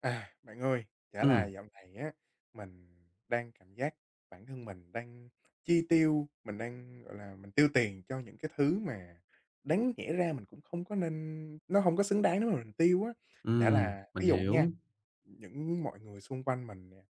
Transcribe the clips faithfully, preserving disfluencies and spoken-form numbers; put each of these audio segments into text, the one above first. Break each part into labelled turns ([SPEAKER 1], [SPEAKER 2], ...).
[SPEAKER 1] À, bạn ơi, chả là
[SPEAKER 2] Ừm,
[SPEAKER 1] dạo này á, mình đang cảm giác bản thân mình đang chi tiêu, mình đang, gọi là, mình tiêu tiền cho những cái thứ mà đáng nhẽ ra mình cũng không có nên nó không có xứng đáng để mà mình tiêu á. Chả
[SPEAKER 2] ừm,
[SPEAKER 1] là
[SPEAKER 2] mình
[SPEAKER 1] ví dụ nha,
[SPEAKER 2] hiểu.
[SPEAKER 1] những mọi người xung quanh mình nè,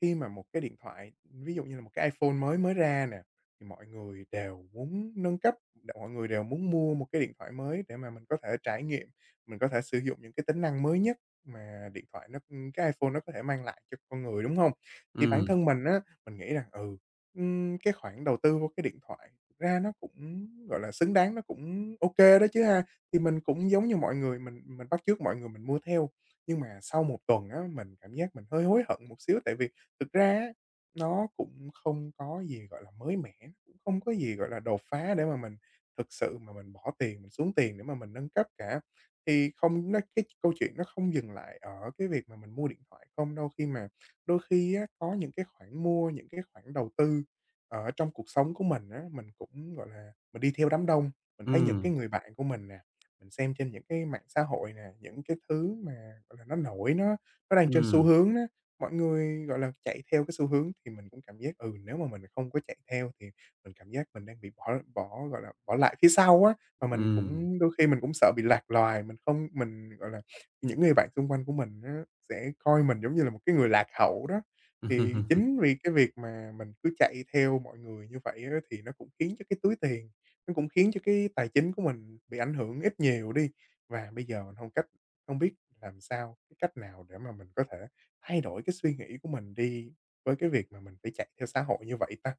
[SPEAKER 1] khi mà một cái điện thoại, ví dụ như là một cái iPhone mới mới ra nè, thì mọi người đều muốn nâng cấp, mọi người đều muốn mua một cái điện thoại mới để mà mình có thể trải nghiệm, mình có thể sử dụng những cái tính năng mới nhất. Mà điện thoại nó cái iPhone nó có thể mang lại cho con người, đúng không? Thì bản
[SPEAKER 2] Ừm,
[SPEAKER 1] thân mình á, mình nghĩ rằng, ừ, ừm, cái khoản đầu tư vô cái điện thoại thực ra nó cũng, gọi là, xứng đáng, nó cũng ok đó chứ ha. Thì mình cũng giống như mọi người, mình mình bắt chước mọi người mình mua theo. Nhưng mà sau một tuần á, mình cảm giác mình hơi hối hận một xíu, tại vì thực ra á, nó cũng không có gì, gọi là, mới mẻ, nó cũng không có gì, gọi là, đột phá để mà mình thực sự mà mình bỏ tiền, mình xuống tiền để mà mình nâng cấp cả. Thì không nó cái câu chuyện nó không dừng lại ở cái việc mà mình mua điện thoại không đâu, khi mà đôi khi á, có những cái khoản mua, những cái khoản đầu tư ở trong cuộc sống của mình á, mình cũng, gọi là, mình đi theo đám đông, mình thấy những
[SPEAKER 2] ừm,
[SPEAKER 1] cái người bạn của mình nè, mình xem trên những cái mạng xã hội nè, những cái thứ mà, gọi là, nó nổi, nó nó đang trên xu
[SPEAKER 2] ừm,
[SPEAKER 1] hướng đó mọi người, gọi là, chạy theo cái xu hướng thì mình cũng cảm giác, ừ, nếu mà mình không có chạy theo thì mình cảm giác mình đang bị bỏ bỏ, gọi là, bỏ lại phía sau á. Mà mình
[SPEAKER 2] ừm.
[SPEAKER 1] cũng đôi khi mình cũng sợ bị lạc loài, mình không mình, gọi là, những người bạn xung quanh của mình á sẽ coi mình giống như là một cái người lạc hậu đó. Thì chính vì cái việc mà mình cứ chạy theo mọi người như vậy á thì nó cũng khiến cho cái túi tiền, nó cũng khiến cho cái tài chính của mình bị ảnh hưởng ít nhiều đi. Và bây giờ mình không cách không biết làm sao, cái cách nào để mà mình có thể thay đổi cái suy nghĩ của mình đi với cái việc mà mình phải chạy theo xã hội như vậy ta?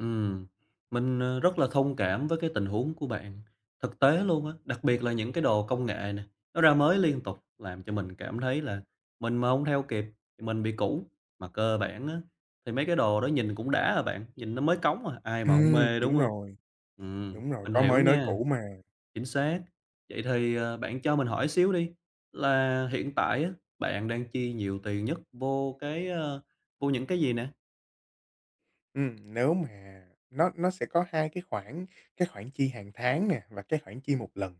[SPEAKER 2] Ừm, mình, ờ, rất là thông cảm với cái tình huống của bạn. Thực tế luôn á, đặc biệt là những cái đồ công nghệ nè, nó ra mới liên tục làm cho mình cảm thấy là mình mà hông theo kịp thì mình bị cũ. Mà cơ bản á, thì mấy cái đồ đó nhìn cũng đã à bạn, nhìn nó mới cống à, ai mà hông
[SPEAKER 1] Ừm,
[SPEAKER 2] mê, đúng
[SPEAKER 1] đúng
[SPEAKER 2] hông?
[SPEAKER 1] rồi,
[SPEAKER 2] Ừm,
[SPEAKER 1] đúng rồi,
[SPEAKER 2] mình
[SPEAKER 1] có
[SPEAKER 2] hiểu
[SPEAKER 1] mới nói
[SPEAKER 2] nha.
[SPEAKER 1] cũ mà.
[SPEAKER 2] Chính xác. Vậy thì, ờ, bạn cho mình hỏi xíu đi, là hiện tại á, bạn đang chi nhiều tiền nhất vô cái, ơ, vô những cái gì nè?
[SPEAKER 1] Ừm, nếu mà nó nó sẽ có hai cái khoản, cái khoản chi hàng tháng nè và cái khoản chi một lần.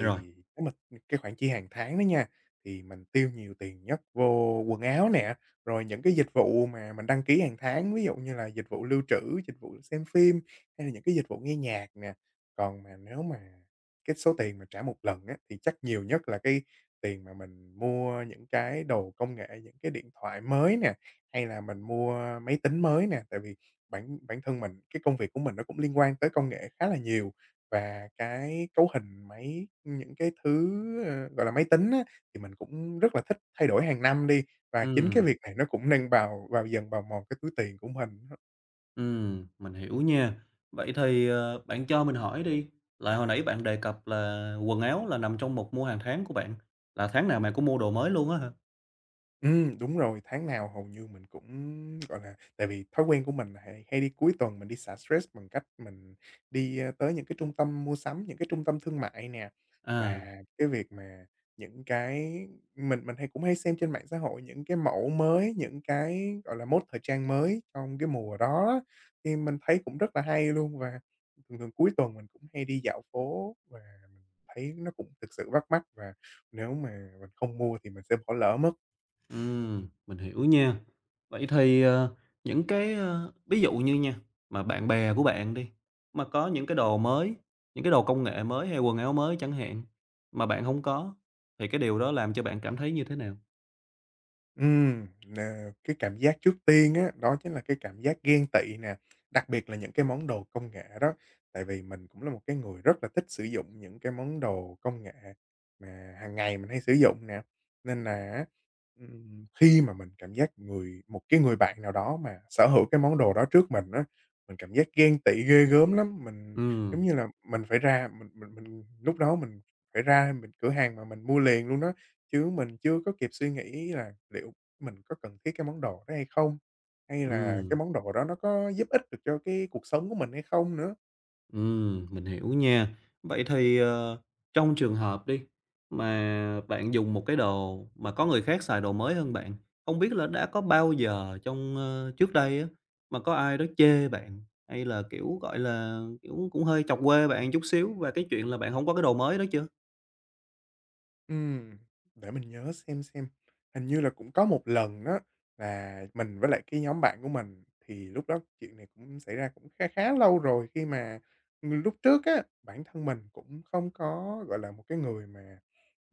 [SPEAKER 2] Rồi.
[SPEAKER 1] nếu mà cái khoản chi hàng tháng đó nha, thì mình tiêu nhiều tiền nhất vô quần áo nè, rồi những cái dịch vụ mà mình đăng ký hàng tháng, ví dụ như là dịch vụ lưu trữ, dịch vụ xem phim hay là những cái dịch vụ nghe nhạc nè. Còn mà nếu mà cái số tiền mà trả một lần á, thì chắc nhiều nhất là cái tiền mà mình mua những cái đồ công nghệ, những cái điện thoại mới nè, hay là mình mua máy tính mới nè. Tại vì bản bản thân mình, cái công việc của mình nó cũng liên quan tới công nghệ khá là nhiều và cái cấu hình máy, những cái thứ, ờ, gọi là, máy tính á, thì mình cũng rất là thích thay đổi hàng năm đi, và chính cái
[SPEAKER 2] Ừm,
[SPEAKER 1] việc này nó cũng nâng vào vào dần bào mòn cái túi tiền của mình.
[SPEAKER 2] ừm, mình hiểu nha. Vậy thì, ờ, bạn cho mình hỏi đi, là hồi nãy bạn đề cập là quần áo là nằm trong một mua hàng tháng của bạn, là tháng nào bạn cũng mua đồ mới luôn á hả?
[SPEAKER 1] Ừm, đúng rồi, tháng nào hầu như mình cũng, gọi là tại vì thói quen của mình là hay hay đi cuối tuần mình đi xả stress bằng cách mình đi, ơ, tới những cái trung tâm mua sắm, những cái trung tâm thương mại nè.
[SPEAKER 2] À.
[SPEAKER 1] Và cái việc mà những cái mình mình hay cũng hay xem trên mạng xã hội những cái mẫu mới, những cái, gọi là, mốt thời trang mới trong cái mùa đó á, thì mình thấy cũng rất là hay luôn. Và thường thường cuối tuần mình cũng hay đi dạo phố và mình thấy nó cũng thực sự bắt mắt và nếu mà mình không mua thì mình sẽ bỏ lỡ mất.
[SPEAKER 2] Ừm, mình hiểu nha. Vậy thì, ờ, những cái, ơ ví dụ như nha, mà bạn bè của bạn đi, mà có những cái đồ mới, những cái đồ công nghệ mới hay quần áo mới chẳng hạn, mà bạn không có, thì cái điều đó làm cho bạn cảm thấy như thế nào?
[SPEAKER 1] Ừm, nà, cái cảm giác trước tiên á, đó chính là cái cảm giác ghen tị nè, đặc biệt là những cái món đồ công nghệ đó. Tại vì mình cũng là một cái người rất là thích sử dụng những cái món đồ công nghệ mà hàng ngày mình hay sử dụng nè, nên là á, ừm, khi mà mình cảm giác người một cái người bạn nào đó mà sở hữu cái món đồ đó trước mình á, mình cảm giác ghen tị ghê gớm lắm. Mình, giống
[SPEAKER 2] Ừm,
[SPEAKER 1] như là, mình phải ra mình mình mình lúc đó mình phải ra mình cửa hàng mà mình mua liền luôn đó. Chứ mình chưa có kịp suy nghĩ là liệu mình có cần thiết cái món đồ đó hay không? Hay là cái
[SPEAKER 2] ừm.
[SPEAKER 1] món đồ đó nó có giúp ích được cho cái cuộc sống của mình hay không nữa.
[SPEAKER 2] Ừm, mình hiểu nha. Vậy thì, ờ, trong trường hợp đi, mà bạn dùng một cái đồ mà có người khác xài đồ mới hơn bạn, không biết là đã có bao giờ trong, ơ, trước đây á, mà có ai đó chê bạn, hay là, kiểu, gọi là, kiểu, cũng hơi chọc quê bạn chút xíu và cái chuyện là bạn không có cái đồ mới đó chưa?
[SPEAKER 1] Ừm, để mình nhớ xem xem. Hình như là cũng có một lần đó là mình với lại cái nhóm bạn của mình, thì lúc đó chuyện này cũng xảy ra cũng khá khá lâu rồi khi mà lúc trước á, bản thân mình cũng không có, gọi là, một cái người mà,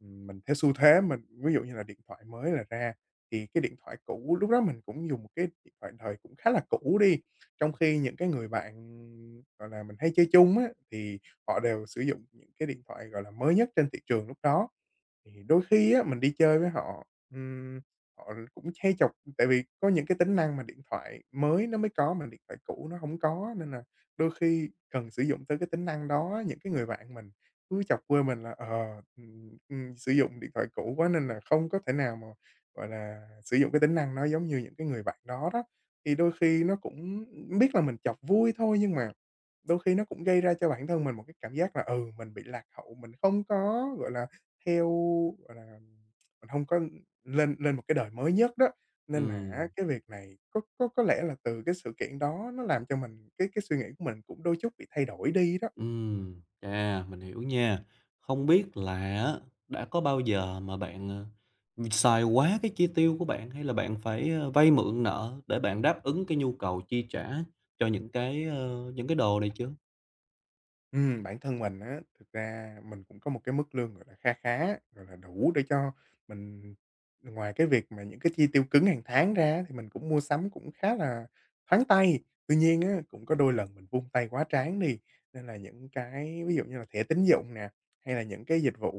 [SPEAKER 1] ừm, mình theo xu thế mình ví dụ như là điện thoại mới là ra, thì cái điện thoại cũ lúc đó mình cũng dùng một cái điện thoại đời cũng khá là cũ đi, trong khi những cái người bạn, gọi là, mình hay chơi chung á, thì họ đều sử dụng những cái điện thoại, gọi là, mới nhất trên thị trường lúc đó. Thì đôi khi á, mình đi chơi với họ, ừm, họ cũng hay chọc tại vì có những cái tính năng mà điện thoại mới nó mới có mà điện thoại cũ nó hổng có, nên là đôi khi cần sử dụng tới cái tính năng đó. Những cái người bạn mình cứ chọc quê mình là, ờ, ừm, ừm, sử dụng điện thoại cũ quá nên là không có thể nào mà, gọi là, sử dụng cái tính năng nó giống như những cái người bạn đó đó. Thì đôi khi nó cũng biết là mình chọc vui thôi nhưng mà đôi khi nó cũng gây ra cho bản thân mình một cái cảm giác là, ừ, mình bị lạc hậu, mình không có, gọi là theo, gọi là, mình hông có lên lên một cái đời mới nhất đó, nên là á
[SPEAKER 2] Ừm.
[SPEAKER 1] cái việc này có có có lẽ là từ cái sự kiện đó nó làm cho mình cái cái suy nghĩ của mình cũng đôi chút bị thay đổi đi đó.
[SPEAKER 2] Ừm, à, mình hiểu nha. Không biết là á, đã có bao giờ mà bạn, ờ, xài quá cái chi tiêu của bạn, hay là bạn phải, ơ, vay mượn nợ để bạn đáp ứng cái nhu cầu chi trả cho những cái, ơ, những cái đồ này chưa?
[SPEAKER 1] Ừm, bản thân mình á, thực ra mình cũng có một cái mức lương, gọi là, kha khá, gọi là, đủ để cho mình ngoài cái việc mà những cái chi tiêu cứng hàng tháng ra thì mình cũng mua sắm cũng khá là thoáng tay. Tuy nhiên á, cũng có đôi lần mình vung tay quá tráng đi, nên là những cái ví dụ như là thẻ tín dụng nè, hay là những cái dịch vụ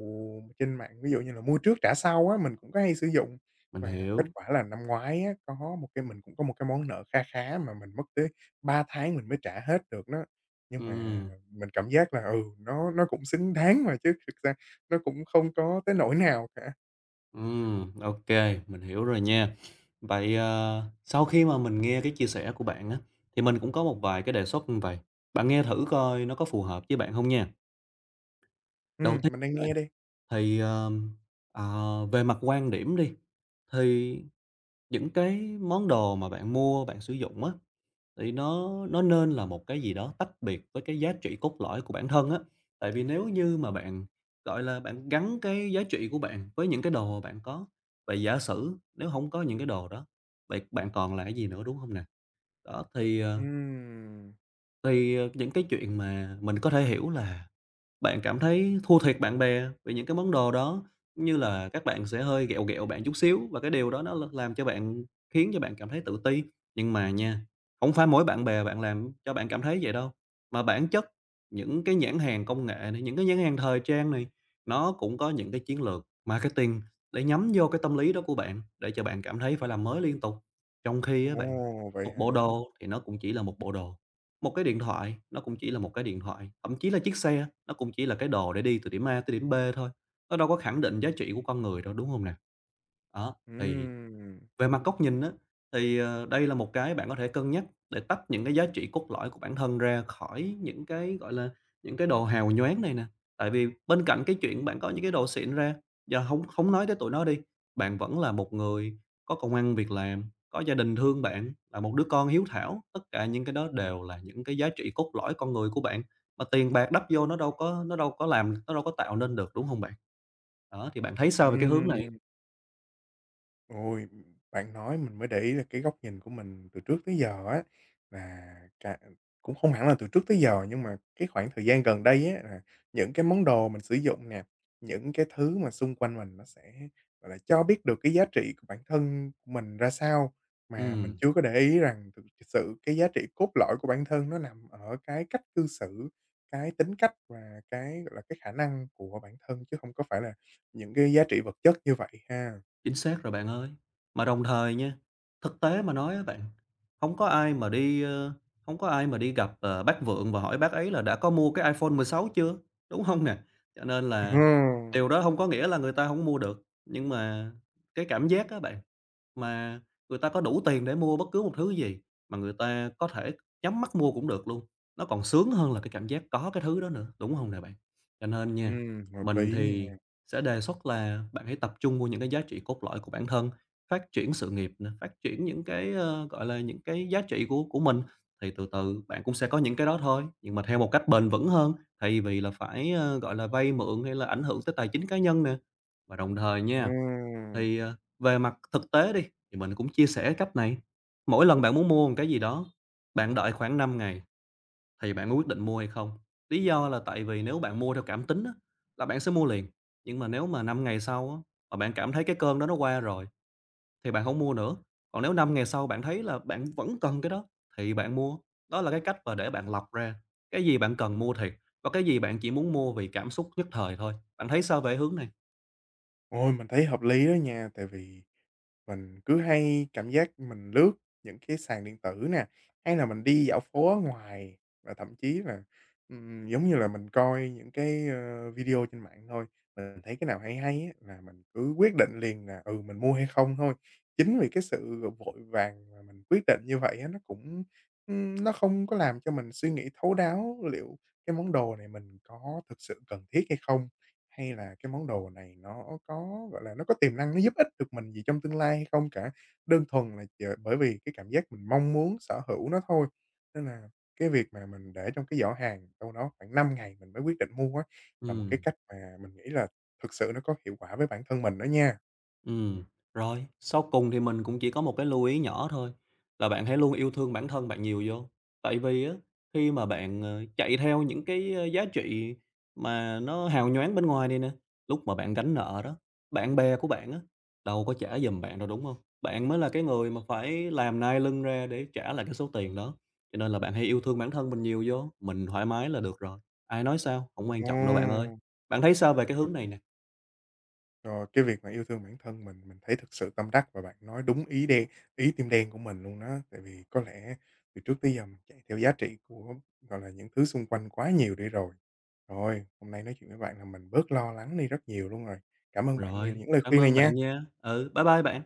[SPEAKER 1] trên mạng, ví dụ như là mua trước trả sau á, mình cũng có hay sử dụng.
[SPEAKER 2] Mình
[SPEAKER 1] Và kết
[SPEAKER 2] hiểu.
[SPEAKER 1] quả là năm ngoái á, có một cái mình cũng có một cái món nợ kha khá mà mình mất tới ba tháng mình mới trả hết được đó. Nhưng mà
[SPEAKER 2] Ừm,
[SPEAKER 1] mình cảm giác là, ừ, nó nó cũng xứng đáng mà chứ thực ra nó cũng không có tới nỗi nào cả.
[SPEAKER 2] ừm, ok, mình hiểu rồi nha. Vậy, ờ, sau khi mà mình nghe cái chia sẻ của bạn á, thì mình cũng có một vài cái đề xuất như vậy. Bạn nghe thử coi nó có phù hợp với bạn không nha. Đầu
[SPEAKER 1] Ừm,
[SPEAKER 2] tiên
[SPEAKER 1] mình đang nghe đây.
[SPEAKER 2] Thì, ờm, ờ, à, về mặt quan điểm đi, thì những cái món đồ mà bạn mua, bạn sử dụng á, thì nó nó nên là một cái gì đó tách biệt với cái giá trị cốt lõi của bản thân á. Tại vì nếu như mà bạn, gọi là, bạn gắn cái giá trị của bạn với những cái đồ mà bạn có, vậy giả sử nếu không có những cái đồ đó, vậy bạn còn là cái gì nữa, đúng không nè? Đó, thì, ờ,
[SPEAKER 1] Ừm.
[SPEAKER 2] thì, ờ, những cái chuyện mà mình có thể hiểu là bạn cảm thấy thua thiệt bạn bè vì những cái món đồ đó, cũng như là các bạn sẽ hơi ghẹo ghẹo bạn chút xíu và cái điều đó nó l làm cho bạn khiến cho bạn cảm thấy tự ti. Nhưng mà nha, không phải mỗi bạn bè bạn làm cho bạn cảm thấy vậy đâu, mà bản chất những cái nhãn hàng công nghệ này, những cái nhãn hàng thời trang này, nó cũng có những cái chiến lược marketing để nhắm vô cái tâm lý đó của bạn, để cho bạn cảm thấy phải làm mới liên tục. Trong khi á bạn,
[SPEAKER 1] Ồ, vậy
[SPEAKER 2] một bộ
[SPEAKER 1] hả?
[SPEAKER 2] đồ thì nó cũng chỉ là một bộ đồ. Một cái điện thoại, nó cũng chỉ là một cái điện thoại, thậm chí là chiếc xe, nó cũng chỉ là cái đồ để đi từ điểm A tới điểm B thôi, nó đâu có khẳng định giá trị của con người đâu, đúng không nè? Đó, thì
[SPEAKER 1] Ừm,
[SPEAKER 2] về mặt góc nhìn á, thì, ờ, đây là một cái bạn có thể cân nhắc để tách những cái giá trị cốt lõi của bản thân ra khỏi những cái, gọi là, những cái đồ hào nhoáng này nè. Tại vì bên cạnh cái chuyện bạn có những cái đồ xịn ra, giờ không không nói tới tụi nó đi, bạn vẫn là một người có công ăn việc làm, có gia đình thương bạn, là một đứa con hiếu thảo, tất cả những cái đó đều là những cái giá trị cốt lõi con người của bạn, mà tiền bạc đắp vô nó đâu có nó đâu có làm nó đâu có tạo nên được, đúng không bạn? Đó, thì bạn thấy sao về cái hướng này?
[SPEAKER 1] ừm. Ôi, bạn nói mình mới để ý là cái góc nhìn của mình từ trước tới giờ á, là cả cũng không hẳn là từ trước tới giờ, nhưng mà cái khoảng thời gian gần đây á, là những cái món đồ mình sử dụng nè, những cái thứ mà xung quanh mình nó sẽ, gọi là, cho biết được cái giá trị của bản thân của mình ra sao, mà mình
[SPEAKER 2] Ừm.
[SPEAKER 1] chưa có để ý rằng thực sự cái giá trị cốt lõi của bản thân nó nằm ở cái cách cư xử, cái tính cách và cái, gọi là, cái khả năng của bản thân, chứ không có phải là những cái giá trị vật chất như vậy ha.
[SPEAKER 2] Chính xác rồi bạn ơi. Mà đồng thời nha, thực tế mà nói á bạn, không có ai mà đi, ơ, hông có ai mà đi gặp, ờ, bác Vượng và hỏi bác ấy là đã có mua cái iPhone mười sáu chưa, đúng không nè? Cho nên là
[SPEAKER 1] Ừm,
[SPEAKER 2] điều đó không có nghĩa là người ta không mua được, nhưng mà cái cảm giác á bạn, mà người ta có đủ tiền để mua bất cứ một thứ gì, mà người ta có thể nhắm mắt mua cũng được luôn, nó còn sướng hơn là cái cảm giác có cái thứ đó nữa, đúng không nè bạn? Cho nên nha,
[SPEAKER 1] ừm, hợp
[SPEAKER 2] mình
[SPEAKER 1] lý
[SPEAKER 2] thì
[SPEAKER 1] nha,
[SPEAKER 2] sẽ đề xuất là bạn hãy tập trung vô những cái giá trị cốt lõi của bản thân, phát triển sự nghiệp nè, phát triển những cái, ơ, gọi là, những cái giá trị của của mình, thì từ từ bạn cũng sẽ có những cái đó thôi, nhưng mà theo một cách bền vững hơn, thay vì là phải, ơ, gọi là, vay mượn hay là ảnh hưởng tới tài chính cá nhân nè. Và đồng thời nha
[SPEAKER 1] ừm.
[SPEAKER 2] thì, ờ, về mặt thực tế đi, thì mình cũng chia sẻ cách này, mỗi lần bạn muốn mua một cái gì đó, bạn đợi khoảng năm ngày thì bạn mới quyết định mua hay không. Lý do là tại vì nếu bạn mua theo cảm tính á, là bạn sẽ mua liền, nhưng mà nếu mà năm ngày sau á, mà bạn cảm thấy cái cơn đó nó qua rồi thì bạn không mua nữa, còn nếu năm ngày sau bạn thấy là bạn vẫn cần cái đó thì bạn mua. Đó là cái cách mà để bạn lọc ra cái gì bạn cần mua thiệt, và cái gì bạn chỉ muốn mua vì cảm xúc nhất thời thôi. Bạn thấy sao về hướng này?
[SPEAKER 1] Ôi, mình thấy hợp lý đó nha, tại vì mình cứ hay cảm giác mình lướt những cái sàn điện tử nè, hay là mình đi dạo phố ở ngoài và thậm chí là, ừm, giống như là, mình coi những cái, ơ, video trên mạng thôi. Mình thấy cái nào hay hay á là mình cứ quyết định liền là, ừ, mình mua hay không thôi. Chính vì cái sự vội vàng mà mình quyết định như vậy á, nó cũng, ưm, nó không có làm cho mình suy nghĩ thấu đáo liệu cái món đồ này mình có thực sự cần thiết hay không hay là cái món đồ này nó có, gọi là, nó có tiềm năng nó giúp ích được mình gì trong tương lai hay không cả, đơn thuần là chờ bởi vì cái cảm giác mình mong muốn sở hữu nó thôi. Nên là cái việc mà mình để trong cái giỏ hàng đâu đó khoảng năm ngày mình mới quyết định mua á, là một cái
[SPEAKER 2] Ừm.
[SPEAKER 1] cách mà mình nghĩ là thực sự nó có hiệu quả với bản thân mình đó nha.
[SPEAKER 2] Ừ, rồi, sau cùng thì mình cũng chỉ có một cái lưu ý nhỏ thôi, là bạn hãy luôn yêu thương bản thân bạn nhiều vô. Tại vì á, khi mà bạn, ờ, chạy theo những cái, ơ, giá trị mà nó hào nhoáng bên ngoài này nè, lúc mà bạn gánh nợ đó, bạn bè của bạn á, đâu có trả giùm bạn đâu, đúng không? Bạn mới là cái người mà phải làm nai lưng ra để trả lại cái số tiền đó. Cho nên là bạn hãy yêu thương bản thân mình nhiều vô, mình thoải mái là được rồi, ai nói sao, hổng quan trọng đâu bạn ơi.
[SPEAKER 1] Ừm.
[SPEAKER 2] Bạn thấy sao về cái hướng này nè?
[SPEAKER 1] Rồi, cái việc mà yêu thương bản thân mình, mình thấy thực sự tâm đắc và bạn nói đúng ý đen ý tim đen của mình luôn đó. Tại vì có lẽ từ trước tới giờ mình chạy theo giá trị của, gọi là, những thứ xung quanh quá nhiều đi rồi. Rồi, hôm nay nói chuyện với bạn là mình bớt lo lắng đi rất nhiều luôn rồi. Cảm ơn bạn vì
[SPEAKER 2] Rồi,
[SPEAKER 1] những lời
[SPEAKER 2] cảm
[SPEAKER 1] khuyên này
[SPEAKER 2] ơn bạn
[SPEAKER 1] nha.
[SPEAKER 2] nha. Ừ, bye bye bạn.